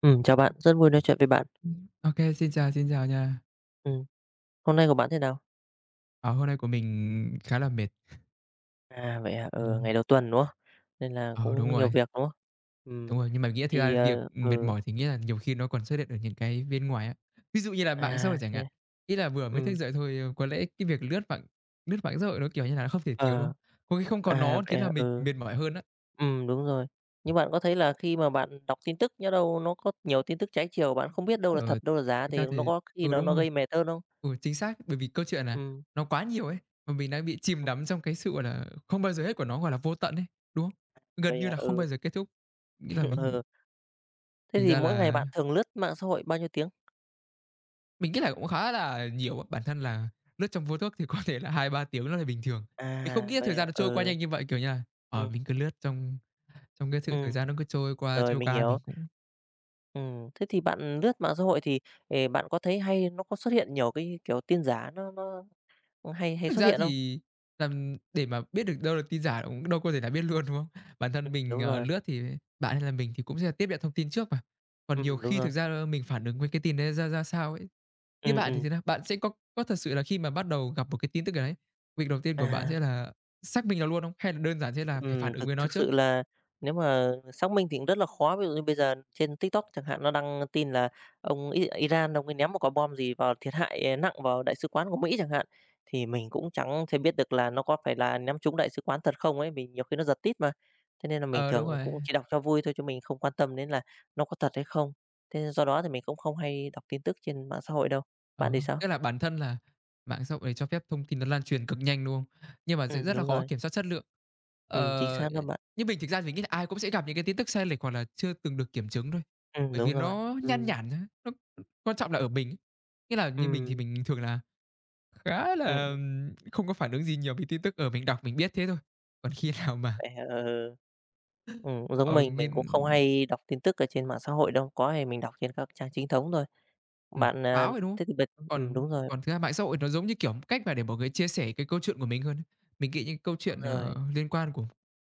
Ừ chào bạn, rất vui nói chuyện với bạn. Ừm. Ô xin chào nha. Ừm, Hôm nay của bạn thế nào? Ờ, Hôm nay của mình khá là mệt. À, vậy à? Ừ, ngày Ừm, đầu tuần, đúng không? Nên là ờ, cũng đúng nhiều rồi, việc, đúng không? Ừ đúng rồi, nhưng mà nghĩa thực thì, ra việc mệt mỏi thì nghĩa là nhiều khi nó còn xuất hiện ở những cái bên ngoài á. Ví dụ như là mạng xã à, hội chẳng thế hạn, à? ý là vừa mới thức Ừm, dậy thôi, có lẽ cái việc lướt mạng xã hội nó, kiểu như là, nó không thể thiếu, đúng ờ, không? Có khi không có à, nó vậy khiến là à? mình Ừ, mệt mỏi hơn á. Đúng rồi. Nhưng bạn có thấy là khi mà bạn đọc tin tức, nhỡ đâu nó có nhiều tin tức trái chiều, bạn không biết đâu là Ờ, thật, đâu là giả Thực thì ra nó thì, có khi ừ, nó đúng nó rồi, gây mệt hơn không? ừ, chính xác, bởi vì câu chuyện là Ừ nó quá nhiều ấy, và mình đang bị chìm ừm, đắm trong cái sự, gọi là, không bao giờ hết của nó, gọi là, vô tận ấy, đúng không? Gần vậy như à? là không Ừ, bao giờ kết thúc, nghĩa là mình. ừ. Thế Thành thì ra mỗi ngày là bạn thường lướt mạng xã hội bao nhiêu tiếng? mình nghĩ là cũng khá là nhiều á. Bản thân là lướt trong vô thức thì có thể là 2 3 tiếng nó là bình thường. Mình không À, nghĩ là thời vậy à? gian nó trôi qua Ừ, nhanh như vậy, kiểu như là, ừm, mình cứ lướt trong trong cái sự thời ừm, gian nó cứ rồi, trôi mình qua, hiểu. mình cũng. Thế thì bạn lướt mạng xã hội thì, bạn có thấy hay nó có xuất hiện nhiều cái, kiểu, tin giả nó hay hay Thực xuất ra hiện không? thì làm để mà biết được đâu là tin giả cũng đâu có thể là biết luôn, đúng không? Bản thân Ừm, mình, đúng rồi, lướt thì bạn hay là mình thì cũng sẽ tiếp nhận thông tin trước mà. Còn nhiều đúng khi rồi, thực ra, mình phản ứng với cái tin đấy ra ra sao ấy. Như ừm, bạn thì ừm, thế nào? Bạn sẽ có thật sự là khi mà bắt đầu gặp một cái tin tức nào đấy, việc đầu tiên của bạn à. sẽ là xác minh nó luôn không? Hay là đơn giản sẽ là phải phản ứng Thực với nó thực trước? sự là nếu mà xác minh thì cũng rất là khó. Ví dụ như bây giờ trên TikTok chẳng hạn, nó đăng tin là ông Iran ông ấy ném một quả bom gì vào thiệt hại, nặng vào đại sứ quán của Mỹ chẳng hạn, thì mình cũng chẳng thể biết được là nó có phải là ném trúng đại sứ quán thật không ấy, vì nhiều khi nó giật tít mà. Thế nên là mình Ờ, đúng thường rồi. cũng chỉ đọc cho vui thôi chứ mình không quan tâm đến là nó có thật hay không. Thế nên do đó thì mình cũng không hay đọc tin tức trên mạng xã hội đâu. Bạn Ờ, thì sao? Tức là bản thân là mạng xã hội này cho phép thông tin nó lan truyền cực nhanh, đúng không? Nhưng mà sẽ rất là Đúng khó rồi. kiểm soát chất lượng. Chính Ờ, xác đó bạn. Như mình thực ra mình nghĩ là ai cũng sẽ gặp những cái tin tức sai lệch hoặc là chưa từng được kiểm chứng thôi, bởi Đúng vì rồi. nó nhan Ừm, nhản á, nó quan trọng là ở mình ấy. Nghĩa là như mình thì ừm, mình thường là khá ừm, là, ừm. Không có phản ứng gì nhiều với tin tức, ở mình đọc mình biết thế thôi. Còn khi À, nào mà, vậy hả? Ừ. Giống ở mình nghiên. cũng không hay đọc tin tức ở trên mạng xã hội đâu, có thì mình đọc trên các trang chính thống thôi. Bạn, à, Báo rồi, đúng không? thế thì bật ừm, Còn đúng rồi, còn thực ra mạng xã hội nó giống như, kiểu, cách mà để mọi người chia sẻ cái câu chuyện của mình hơn ấy. Mình nghĩ những câu đúng chuyện, rồi, liên quan của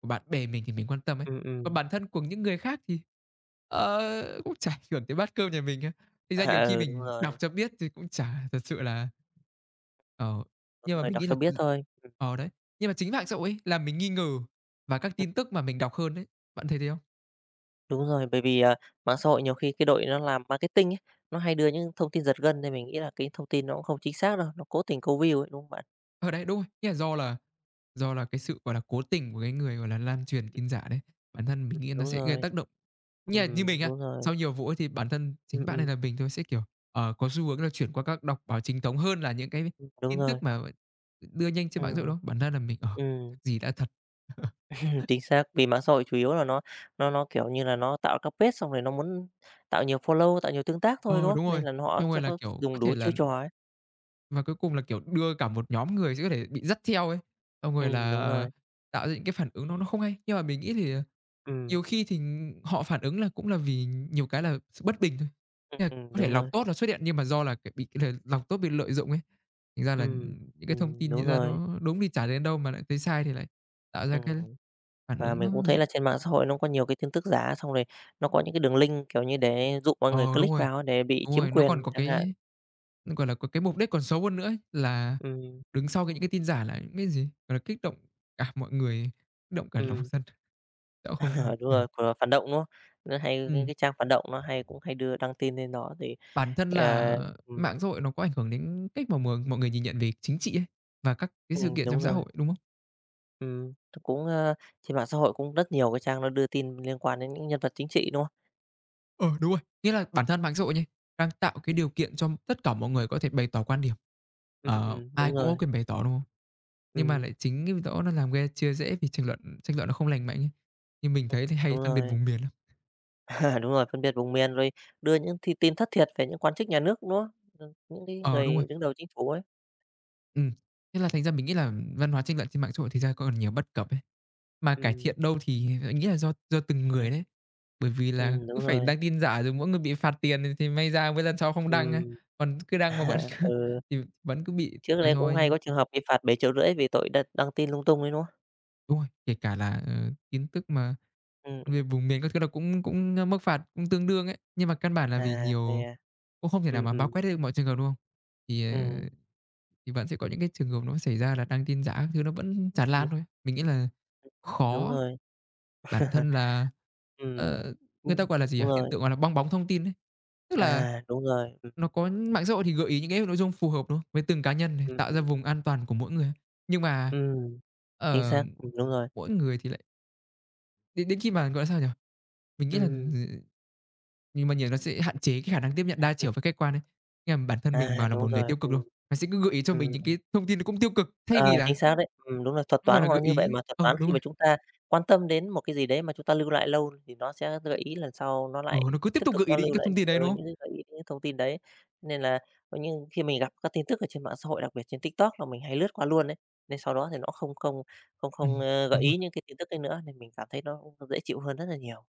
của bạn bè mình thì mình quan tâm ấy, ừm, còn ừm, bản thân của những người khác thì, cũng chả ảnh hưởng tới bát cơm nhà mình á. Thành ra nhiều à, khi ừ, mình đọc cho biết thì cũng chả thật sự là. Ờ, nhưng đúng mà rồi, mình đọc nghĩ cho là biết thôi. Đấy, nhưng mà chính mạng xã hội ấy làm mình nghi ngờ và các ừm, tin tức mà mình đọc hơn ấy, bạn thấy thế không? đúng rồi, bởi vì, mạng xã hội nhiều khi cái đội nó làm marketing ấy, nó hay đưa những thông tin giật gân nên mình nghĩ là cái thông tin nó cũng không chính xác đâu, nó cố tình câu view ấy, đúng không bạn? Ở đấy, đúng rồi. Nghĩa là do là cái sự, gọi là, cố tình của cái người, gọi là, lan truyền Ừm, tin giả đấy, bản thân mình nghĩ nó đúng sẽ gây rồi, tác động như là như mình á, đúng rồi, sau nhiều vụ ấy thì bản thân ừm, chính bạn hay ừm, là mình thôi sẽ, kiểu, có xu hướng là chuyển qua các đọc báo chính thống hơn là những cái đúng tin tức rồi, mà đưa nhanh trên mạng xã hội ừm, đó. Bản thân là mình, ừm. chắc gì đã thật. Chính xác, vì mạng xã hội chủ yếu là nó, kiểu như là, nó tạo các page xong rồi nó muốn tạo nhiều follow, tạo nhiều tương tác thôi, đúng Ờ, không? đúng Nên rồi. là họ Xong sẽ rồi là, có kiểu, dùng có đủ thể chiêu là trò ấy. và cuối cùng là, kiểu, đưa cả một nhóm người sẽ có thể bị dắt theo ấy, xong rồi là, Đúng rồi. tạo ra những cái phản ứng nó không hay. Nhưng mà mình nghĩ thì. Ừm, Nhiều khi thì họ phản ứng là cũng là vì nhiều cái là sự bất bình thôi. Nghĩa là có thể đúng lòng rồi. tốt nó xuất hiện nhưng mà do là, kiểu, bị là lòng tốt bị lợi dụng ấy, thành ra là Ừm, những cái thông tin như đúng ra rồi. nó đúng thì chả đến đâu mà lại thấy sai thì lại tạo ra cái Ừm, phản và ứng mình nó cũng thấy d. là trên mạng xã hội nó có nhiều cái tin tức giả, xong rồi nó có những cái đường link, kiểu như, để dụ mọi người ờ, Đúng click rồi, vào để bị đúng chiếm rồi, nó còn quyền có chẳng hạn. cái, gọi là, có cái mục đích còn xấu hơn nữa ấy, là Ừm, đứng sau cái những cái tin giả là những cái gì, gọi là, kích động cả mọi người, kích động cả lòng ừm, dân, sẽ không đúng ừm, rồi, của phản động, đúng không? Nó hay cái ừm. cái trang phản động nó hay cũng hay đưa đăng tin lên đó thì, Bản thân là à ừm, mạng xã hội nó có ảnh hưởng đến cách mà mọi mọi người nhìn nhận về chính trị ấy, và các cái sự kiện đúng trong xã rồi. hội, đúng không? Ừm, cũng, a, Trên mạng xã hội cũng rất nhiều cái trang nó đưa tin liên quan đến những nhân vật chính trị, đúng không? Ờ, đúng rồi. Nghĩa là bản thân mạng xã hội nha, đang tạo cái điều kiện cho tất cả mọi người có thể bày tỏ quan điểm. Ừm, ừm, Ai đúng cũng có rồi, quyền bày tỏ, đúng không? Nhưng mà ừm, lại chính cái đó nó làm gây chia rẽ vì tranh luận nó không lành mạnh ấy. Nhưng mình Ừm. thấy thì hay Đúng phân biệt rồi, vùng miền lắm. đúng rồi, phân biệt vùng miền rồi đưa những thi tin thất thiệt về những quan chức nhà nước, đúng không? Những cái Ờ, đúng người rồi. đứng đầu chính phủ ấy. ừ Thế là thành ra mình nghĩ là văn hóa tranh luận trên mạng xã hội thì ra còn nhiều bất cập ấy. Mà cải Ừm, thiện đâu thì mình nghĩ là do từng ừm, người đấy. Bởi vì là cứ đúng phải rồi, đăng tin giả rồi mỗi người bị phạt tiền thì may ra với lần sau không đăng, a. ừm, Còn cứ đăng mà vẫn ừ, thì vẫn cứ bị trước là đây cũng rồi. hay có trường hợp bị phạt bảy triệu rưỡi vì tội đăng đăng tin lung tung đấy, đúng không? Đúng rồi, kể cả là, tin tức mà Ừm, ừm, về vùng miền các thứ là cũng cũng, a, mức phạt cũng tương đương ấy. Nhưng mà căn bản là à, vì vậy nhiều à? cũng không thể nào Ừm, mà bao ừm, quát được mọi trường hợp, đúng không? Thì, ờ, ừm, thì vẫn sẽ có những cái trường hợp nó xảy ra là đăng tin giả các thứ nó vẫn tràn lan thôi. Mình nghĩ là đúng khó. rồi, Bản thân là, ừm, ờ, người ừm, ta, gọi là gì nhỉ, đúng hiện rồi, tượng, gọi là, bong bóng thông tin ấy. Tức là à, đúng rồi. nó có mạng xã hội thì gợi ý những cái nội dung phù hợp, đúng không? Với từng cá nhân này, Ừm, tạo ừm, ra vùng an toàn của mỗi người. Nhưng mà, ừm, chính ờ, xác, đúng rồi, mỗi người thì lại đến đến khi mà, gọi là, sao nhỉ, mình nghĩ là, ừm, ừ, nhưng mà nhiều nó sẽ hạn chế cái khả năng tiếp nhận đa ừm, chiều và khách quan ấy. Nghĩa là bản thân mình à, mà là đúng một người rồi, tiêu cực, luôn không? Nó sẽ cứ gợi ý cho mình những ừm, cái thông tin nó cũng tiêu cực, thay ờ, vì là chính xác đấy, đúng là thuật nó, gọi toán là, nó gợi như vậy ý, mà. Thuật ờ, toán đúng khi mà rồi, chúng ta quan tâm đến một cái gì đấy mà chúng ta lưu lại lâu thì nó sẽ gợi ý lần sau nó ờ lại nó cứ tiếp tiếp tục tục gợi ý nó đến những lưu cái lại thông những tin đấy, đúng không? những cái gợi ý, những thông tin đấy. Nên là có những khi mình gặp các tin tức ở trên mạng xã hội, đặc biệt trên TikTok là mình hay lướt qua luôn ấy, nên sau đó thì nó không không không không, Ừm, ơ, gợi đúng rồi. ý những cái tin tức ấy nữa, nên mình cảm thấy nó cũng dễ chịu hơn rất là nhiều.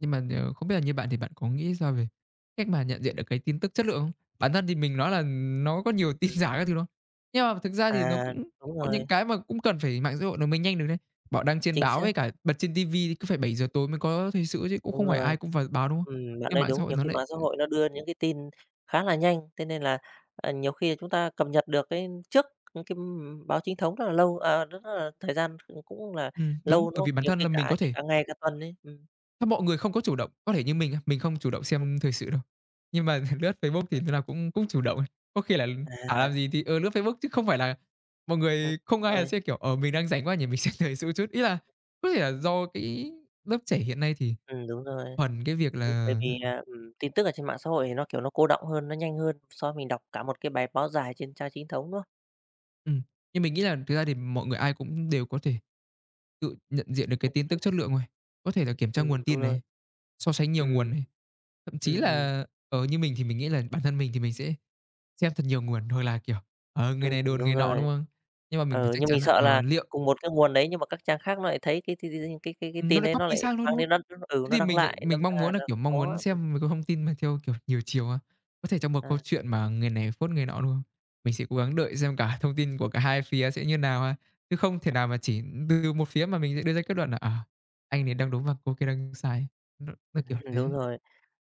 Nhưng mà, không biết là như bạn thì bạn có nghĩ sao về cách mà nhận diện được cái tin tức chất lượng không? Bản thân thì mình nói là nó có nhiều tin Ừm, giả các thứ đó nhưng mà thực ra thì nó à, cũng cũng đúng có rồi, những cái mà cũng cần phải mạng xã hội nó mới nhanh được đấy. Bảo đăng trên chính báo xác, với cả bật trên ti thì cứ phải 7 giờ tối mới có thời sự chứ cũng đúng không phải rồi. ai cũng vào báo, đúng không? Bạn Nhưng nói mạng xã đúng, hội nhiều nó khi lại. mạng xã hội nó đưa những cái tin khá là nhanh, thế nên là, nhiều khi chúng ta cập nhật được cái trước những cái báo chính thống rất là lâu, rất là thời gian cũng cũng là Ừm, đúng, lâu nữa, bởi vì bản nhiều thân khi là mình cả có trước thể. cả ngày, cả tuần ấy. Sao mọi người không có chủ động, có thể như mình á, mình không chủ động ừm, xem thời sự đâu. Nhưng mà lướt Facebook à, thì lúc nào cũng cũng chủ động. Có khi là chả làm gì thì, lướt Facebook chứ không phải là mọi ừm, người không đúng ai là rồi, sẽ, kiểu, ở mình đang rảnh quá nhỉ, mình xem thời sự chút. Ý là có thể là do cái lớp trẻ hiện nay thì đúng rồi. thuần cái việc Bởi bởi là. vì, tin tức ở trên mạng xã hội thì nó, kiểu, nó cô đọng hơn, nó nhanh hơn so với mình đọc cả một cái bài báo dài trên trang chính thống, đúng không? ừm, nhưng mình nghĩ là thực ra thì mọi người ai cũng đều có thể tự nhận diện được cái tin tức chất lượng rồi. Có thể là kiểm tra nguồn Đúng tin rồi, này, so sánh nhiều ừm, nguồn này, thậm chí ừm, ừm, là, ở như mình thì mình nghĩ là bản thân mình thì mình sẽ. Xem thật nhiều nguồn hoặc là, kiểu, người này đồn đúng người nọ, rồi. đúng không? Nhưng mà mình phải Ừ, chắc nhưng chắn mình là, sợ là liệu cùng một cái nguồn đấy nhưng mà các trang khác nó lại thấy cái nó tin lại đấy nó copy lại sang thôi, đúng mang không? đến Thế nó thì đăng lại, mình đâm mong ra muốn là, là kiểu, mong muốn khó xem mấy cái thông tin mà theo, kiểu, nhiều chiều á. Có thể trong một à, câu chuyện mà người này phốt người nọ, đúng không? Mình sẽ cố gắng đợi xem cả thông tin của cả hai phía sẽ như nào ha, chứ không thể nào mà chỉ từ một phía mà mình sẽ đưa ra kết luận là, à, anh này đang đúng và cô kia đang sai. Nó kiểu đúng thế. rồi.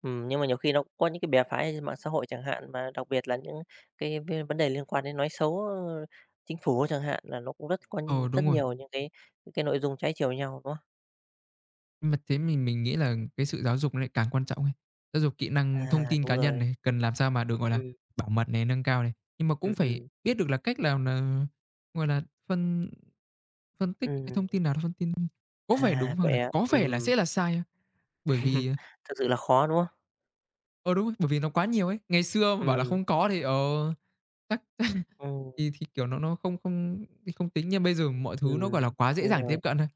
Nhưng mà nhiều khi nó cũng có những cái bè phái trên mạng xã hội chẳng hạn, và đặc biệt là những cái vấn đề liên quan đến nói xấu, chính phủ chẳng hạn, là nó cũng rất có Ờ, những rất đúng rồi. nhiều những cái nội dung trái chiều nhau, đúng không? Nhưng mà thế mình nghĩ là cái sự giáo dục nó lại càng quan trọng ấy. Giáo dục kỹ năng À, thông tin đúng cá nhân rồi. này, cần làm sao mà được, gọi là, Ừm, bảo mật này, nâng cao này, nhưng mà ừm, cũng phải ừm, biết được là cách nào là gọi là, phân phân tích những cái ừm. thông tin nào là thông tin có vẻ đúng À, hoặc vậy là ạ có vẻ là Ừm. sẽ là sai á. Bởi vì Thực sự là khó, đúng không? Ờ, đúng rồi, bởi vì nó quá nhiều ấy. Ngày xưa mà bảo là Ừm, không có thì, ờ, chắc ừm, thì, kiểu, nó không không thì không tính, nhưng bây giờ mọi thứ nó, gọi là, quá dễ đúng dàng rồi. tiếp cận thôi.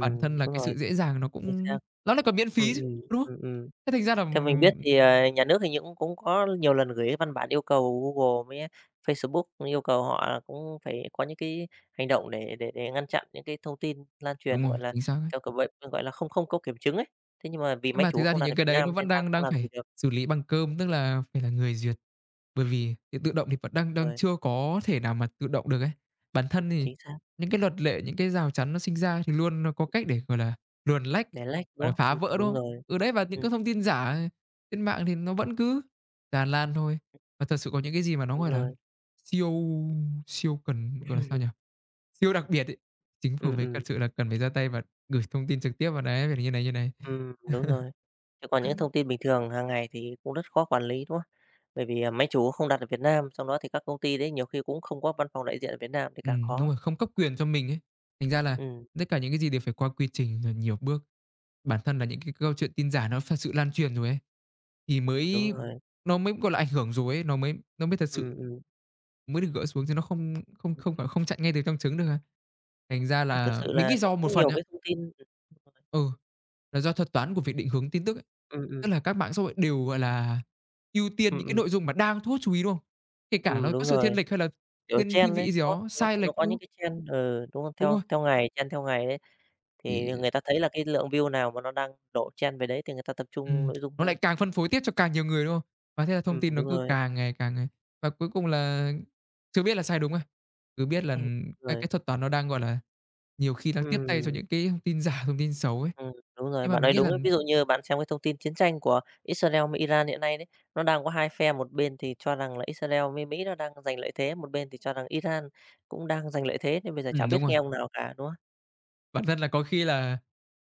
Bản thân là Đúng cái rồi, sự dễ dàng nó chính cũng xác. nó lại còn miễn Ừm, phí chứ, ừm, đúng không? ừm, ừm. Thế thành ra là, Theo mình biết thì, nhà nước hình như cũng cũng có nhiều lần gửi cái văn bản yêu cầu Google với Facebook yêu cầu họ là cũng phải có những cái hành động để ngăn chặn những cái thông tin lan truyền, đúng gọi rồi, là, chính xác đấy. theo kiểu vậy, gọi là, không không có kiểm chứng ấy. Thế nhưng mà vì Nhưng máy mà thực chủ ra không thì đặt ở những cái Việt đấy Nam nó nên vẫn đang đang không đang làm gì phải được. xử lý bằng cơm, tức là phải là người duyệt, bởi vì thì tự động thì vẫn đang đang Rồi, chưa có thể nào mà tự động được ấy. Bản thân thì chính xác, những cái luật lệ, những cái rào chắn nó sinh ra thì luôn nó có cách để, gọi là, luồn lách, để lách, đúng gọi là, không? phá vỡ, đúng Đúng không? rồi, Ừ, đấy, và những ừm, cái thông tin giả trên mạng thì nó vẫn cứ tràn lan thôi. Và thật sự có những cái gì mà nó, đúng gọi là, rồi. siêu siêu cần, gọi là, sao nhỉ? Siêu đặc biệt ấy, chính Ừm, phủ mới thật ừm. sự là cần phải ra tay và gửi thông tin trực tiếp vào đấy, phải là như này, như này. Đúng rồi. Chứ còn những thông tin bình thường hàng ngày thì cũng rất khó quản lý, đúng không? Bởi vì, máy chủ không đặt ở Việt Nam, xong đó thì các công ty đấy nhiều khi cũng không có văn phòng đại diện ở Việt Nam thì càng Đúng khó. rồi, không cấp quyền cho mình ấy. Thành ra là Ừm, tất cả những cái gì đều phải qua quy trình rồi nhiều bước. Bản thân là ừm, những cái câu chuyện tin giả nó thật sự lan truyền rồi ấy, thì đúng mới rồi. nó mới, gọi là, ảnh hưởng rồi ấy, nó mới thật Ừm, sự ừm, ừm, mới được gỡ xuống chứ nó không không ừm. không, gọi không chặn ngay từ trong trứng được à. Thành ra Mà thực là sự mình là nghĩ nó do cũng một phần nhiều á cái thông tin đúng rồi. ừ, là do thuật toán của việc định hướng tin tức ấy. Ừm, Tức ừm, là các mạng xã hội đều, gọi là, ưu tiên những cái ừm, nội dung mà đang thu hút chú ý, đúng không? Kể cả nó có đúng sự thiên rồi, lệch hay là kiểu, thiên thiên trend đấy, vị gì nó đó nó sai nó lệch, có đúng những không? cái trend đúng không? Đúng Theo rồi, theo ngày, trend theo ngày đấy, thì người ta thấy là cái lượng view nào mà nó đang đổ trend về đấy thì người ta tập trung ừm, nội dung nó thôi. lại càng phân phối tiếp cho càng nhiều người, đúng không? Và thế là thông tin nó Đúng cứ rồi. Càng ngày và cuối cùng là chưa biết là sai đúng à, cứ biết là Đúng các Rồi. cái thuật toán nó đang, gọi là, nhiều khi đang tiếp tay cho Ừm. những cái thông tin giả, thông tin xấu ấy. Đúng rồi, Nhưng mà bạn mình nói nghĩ đúng là đấy. Ví dụ như bạn xem cái thông tin chiến tranh của Israel với Iran hiện nay đấy, nó đang có hai phe, một bên thì cho rằng là Israel với Mỹ nó đang giành lợi thế, một bên thì cho rằng Iran cũng đang giành lợi thế, nên bây giờ chả biết đúng rồi, nghe ông nào cả, đúng không? bản thân là có khi là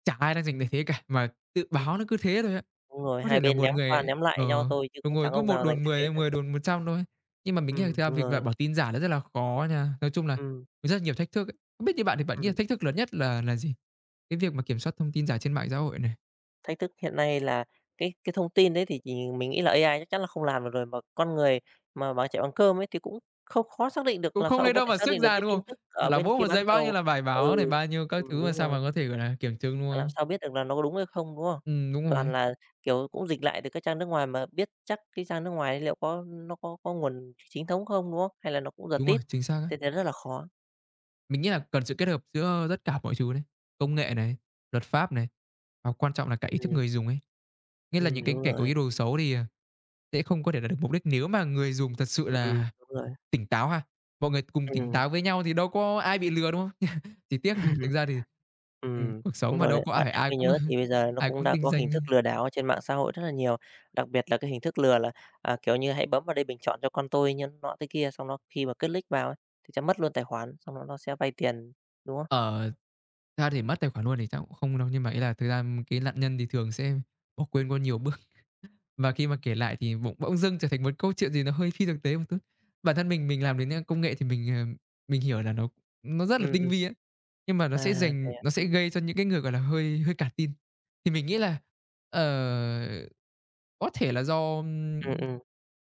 chả ai đang rành để thế cả, mà tự Ừm, báo nó cứ thế thôi á. đúng rồi, Có thể hai là bên một ném qua người ném lại nhau ờ, thôi chứ đúng cũng rồi, chẳng cứ ông nào một giành đồn lợi thế 10 thật. 10 đồn 100 thôi. Nhưng mà mình nghĩ là thực ra Đúng việc loại rồi, bỏ tin giả nó rất là khó nha. Nói chung là ừm, rất nhiều thách thức ấy. Không biết như bạn thì bạn nghĩ là ừm. thách thức lớn nhất là gì? Cái việc mà kiểm soát thông tin giả trên mạng xã hội này, Thách thức hiện nay là cái thông tin đấy thì mình nghĩ là AI chắc chắn là không làm được rồi, mà con người mà bằng chạy bằng cơm ấy thì cũng không khó xác định được, cũng làm không sao lấy ông có đâu thể mà xác sức định được ra, cái đúng tin không? tức ở Bảo là bên mỗi kia một bán giây bao nhiêu cầu. là bài Ừ, báo này, bao nhiêu các thứ mà đúng sao rồi, mà có thể, gọi là, kiểm chứng, đúng làm không? sao biết được là nó có đúng hay không, đúng không? Ừm, đúng rồi, Toàn là, kiểu, cũng dịch lại từ các trang nước ngoài mà biết chắc cái trang nước ngoài đấy liệu có nó có nguồn chính thống không, đúng không? Hay là nó cũng giật đúng tít, rồi, chính xác á. thế thế rất là khó. Mình nghĩ là cần sự kết hợp giữa tất cả mọi thứ đấy, công nghệ này, luật pháp này, và quan trọng là cả ý thức Ừm, người dùng ấy. Nghĩa là những cái đúng kẻ có rồi, ý đồ xấu thì, ờ, sẽ không có thể đạt được mục đích nếu mà người dùng thật sự là đúng rồi, tỉnh táo ha. Mọi người cùng tỉnh ừm. táo với nhau thì đâu có ai bị lừa, đúng không? Chỉ tiếc là thực ra thì cuộc đúng sống mà rồi đâu đấy. có ai Bạn phải nhắc ai mới cũng nhớ thì bây giờ nó ai cũng cũng đã tinh có hình danh. thức lừa đảo ở trên mạng xã hội rất là nhiều, đặc biệt là cái hình thức lừa là, kiểu như, hãy bấm vào đây bình chọn cho con tôi như nọ thế kia, xong nó khi mà click vào ấy, thì sẽ mất luôn tài khoản, xong nó sẽ vay tiền, đúng không? Ờ, thật ra thì mất tài khoản luôn thì chắc cũng không đâu, nhưng mà ý là thực ra cái nạn nhân thì thường sẽ bỏ quên qua nhiều bước, và khi mà kể lại thì bỗng bỗng dưng trở thành một câu chuyện gì nó hơi phi thực tế một chút. Bản thân mình làm đến, a, công nghệ thì mình, ờ, mình hiểu là nó rất là Ừ tinh Ừ vi á, nhưng mà à, vậy à? nó sẽ gây cho những cái người, gọi là, hơi hơi cả tin. Thì mình nghĩ là, ờ, có thể là do, ừm, ừm,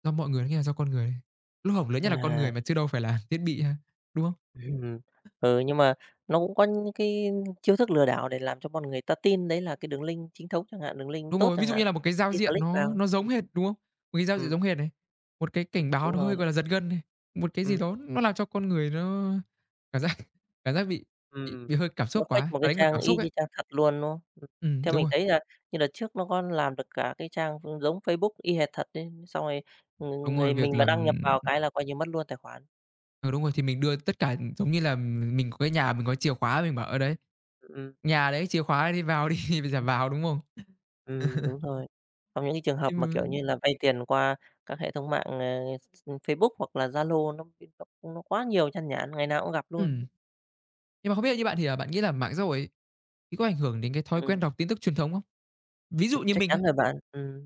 do mọi người, nghĩa là do con người. Lỗ hổng lớn nhất là con à, người mà chứ đâu phải là thiết bị ha, đúng không? ừm. Ừ, nhưng mà nó cũng có những cái chiêu thức lừa đảo để làm cho con người ta tin đấy là cái đường link chính thống chẳng hạn, đường link Đúng tốt rồi, ví chẳng dụ hạn, như là một cái giao khi diện click nó vào. nó giống hệt, đúng không? Một cái giao diện ừm, giống hệt này, một cái cảnh báo đúng nó rồi. hơi, gọi là, giật gân này, một cái gì Ừ đó nó làm cho con người nó cảm giác cảm giác bị bị Ừm, bị hơi cảm nó xúc fake quá một nó cái đánh vào trang cảm y xúc ấy. như trang thật luôn, đúng không? Ừm, Theo đúng mình rồi, thấy là như đợt trước nó có làm được cả cái trang giống Facebook y hệt thật ấy, xong rồi, đúng người rồi, việc mình mà làm đăng nhập vào cái là coi như mất luôn tài khoản. ừ, đúng rồi, thì mình đưa tất cả giống như là mình có cái nhà, mình có chìa khóa, mình bảo: ở đấy, Ừm, nhà đấy, chìa khóa đấy, đi vào đi." Bây giờ vào, đúng không? Đúng rồi. Trong những cái trường hợp Nhưng mà, kiểu mà như là, vay tiền qua các hệ thống mạng, Facebook hoặc là Zalo nó nó quá nhiều than nhản, ngày nào cũng gặp luôn. ừm, nhưng mà không biết như bạn thì, à, bạn nghĩ là mạng xã hội ấy, thì có ảnh hưởng đến cái thói Ừm, quen đọc tin tức truyền thống không? Ví dụ như chắc mình chắn rồi bạn.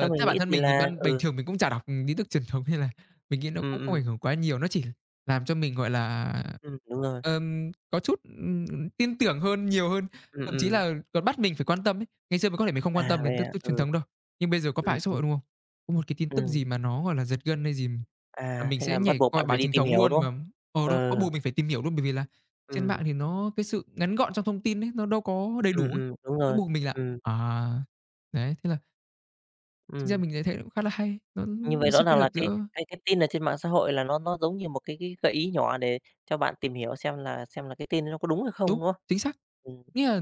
Theo mình theo bản nghĩ thân thì mình thì là ban bình ừ, thường mình cũng chả đọc, tin tức truyền thống nên là mình nghĩ nó ừm, cũng không ừm, ảnh hưởng quá nhiều, nó chỉ làm cho mình, gọi là, đúng rồi. Có chút, tin tưởng hơn, nhiều hơn, Ừm, thậm chí ừm. là còn bắt mình phải quan tâm ấy. Ngày xưa mình có thể mình không quan À, tâm đến vậy tin à? tức truyền Ừ, thống đâu, nhưng bây giờ có ừm, mạng xã hội, ừm. đúng không? Có một cái tin tức Ừm, gì mà nó, gọi là, giật gân hay gì là à, mình thế là sẽ bắt nhảy buộc bạn coi phải báo đi chính tìm thống hiểu, đúng luôn mà không? ờ, đúng, bắt Ờ, buộc mình phải tìm hiểu luôn, bởi vì là trên ừm, mạng thì nó cái sự ngắn gọn trong thông tin ấy, nó đâu có đầy đủ ấy, đúng nó rồi, buộc mình là ừm, à, đấy, thế là chính ra ừm. mình lại thấy cũng khá là hay, nó Như vậy nó rõ sự kết ràng là hợp cái giữa cái cái tin ở trên mạng xã hội là nó giống như một cái gợi ý nhỏ để cho bạn tìm hiểu xem là cái tin nó có đúng hay không, đúng, đúng không? chính xác. Ừm, Nghĩa là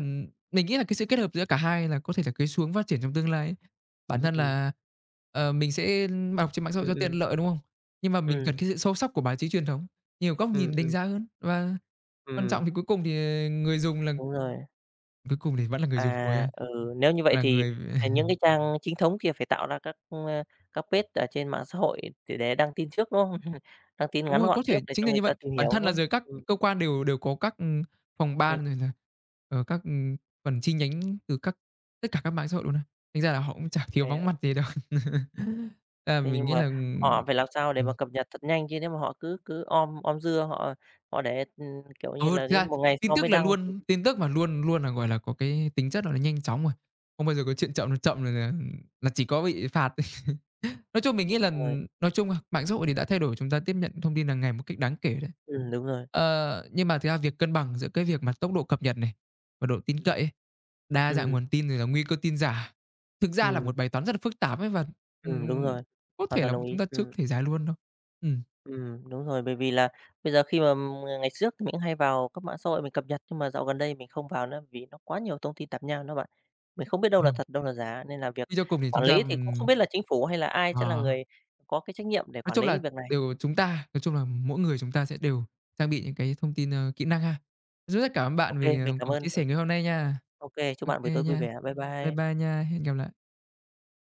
mình nghĩ là cái sự kết hợp giữa cả hai là có thể là cái xu hướng phát triển trong tương lai ấy. Bản ừm, thân ừm, là, ờ, mình sẽ đọc trên mạng xã hội cho tiện ừm, lợi, đúng không? Nhưng mà mình ừm, cần cái sự sâu sắc của báo chí truyền thống, nhiều góc ừm, nhìn đánh ừm, giá hơn và quan trọng ừm, thì cuối cùng thì, ờ, người dùng là đúng rồi. cuối cùng thì vẫn là người dùng cuối À, à? ừ, nếu như vậy Là thì, người những cái trang chính thống kia phải tạo ra các, các page ở trên mạng xã hội để đăng tin trước, đúng không? Đăng tin đúng ngắn rồi, gọn có thể trước để chính cho là người như vậy. ta tìm Bản hiểu, thân đúng là không? giờ các cơ quan đều đều có các, phòng ừm, ban rồi là, ờ, các, phần chi nhánh từ các tất cả các mạng xã hội luôn á. Thành ra là họ cũng chả thiếu à. vắng mặt gì đâu. À, Thế mình nhưng nghĩ mà là, họ phải làm sao để mà ừ, cập nhật thật nhanh, chứ nếu mà họ cứ cứ om om dưa, họ họ để, kiểu ờ, như là, thực đến ra một ngày tin sau mới tức là đăng thì luôn tin tức mà luôn luôn là, gọi là, có cái tính chất là nó nhanh chóng rồi. Không bao giờ có chuyện chậm, nó chậm là ừ, là chỉ có bị phạt. Nói chung mình nghĩ đúng là rồi, nói chung, mạng xã hội thì đã thay đổi chúng ta tiếp nhận thông tin hàng ngày một cách đáng kể đấy. Đúng rồi, Ờ, nhưng mà thực ra việc cân bằng giữa cái việc mà tốc độ cập nhật này và độ tin ừm, cậy ấy, đa dạng ừm, nguồn tin rồi là nguy cơ tin giả, thực ra là ừm, một bài toán rất là phức tạp ấy và, đúng ừm, rồi, có hoàn thể toàn là đồng chúng ý, ta chưa có thể giải luôn đâu. Ừm, đúng rồi. Bởi vì là bây giờ khi mà ngày trước thì mình hay vào các mạng xã hội mình cập nhật, nhưng mà dạo gần đây mình không vào nữa, vì nó quá nhiều thông tin tạp nham đó bạn. Mình không biết đâu là rồi, thật, đâu là giả, nên là việc suy cho cùng thì quản chúng ta, lý thì cũng không biết là chính phủ hay là ai sẽ là ờ. người có cái trách nhiệm để Nói quản chung lý là việc này. đều chúng ta, nói chung là mỗi người chúng ta sẽ đều trang bị những cái thông tin, ờ, kỹ năng ha. Rất rất cảm ơn bạn Ok về, ờ, mình cảm cuộc ơn. chia sẻ ngày hôm nay nha. OK, chúc Ô bạn buổi kê tối vui nha. vẻ. Bye Bye bye. bye nha, hẹn gặp lại.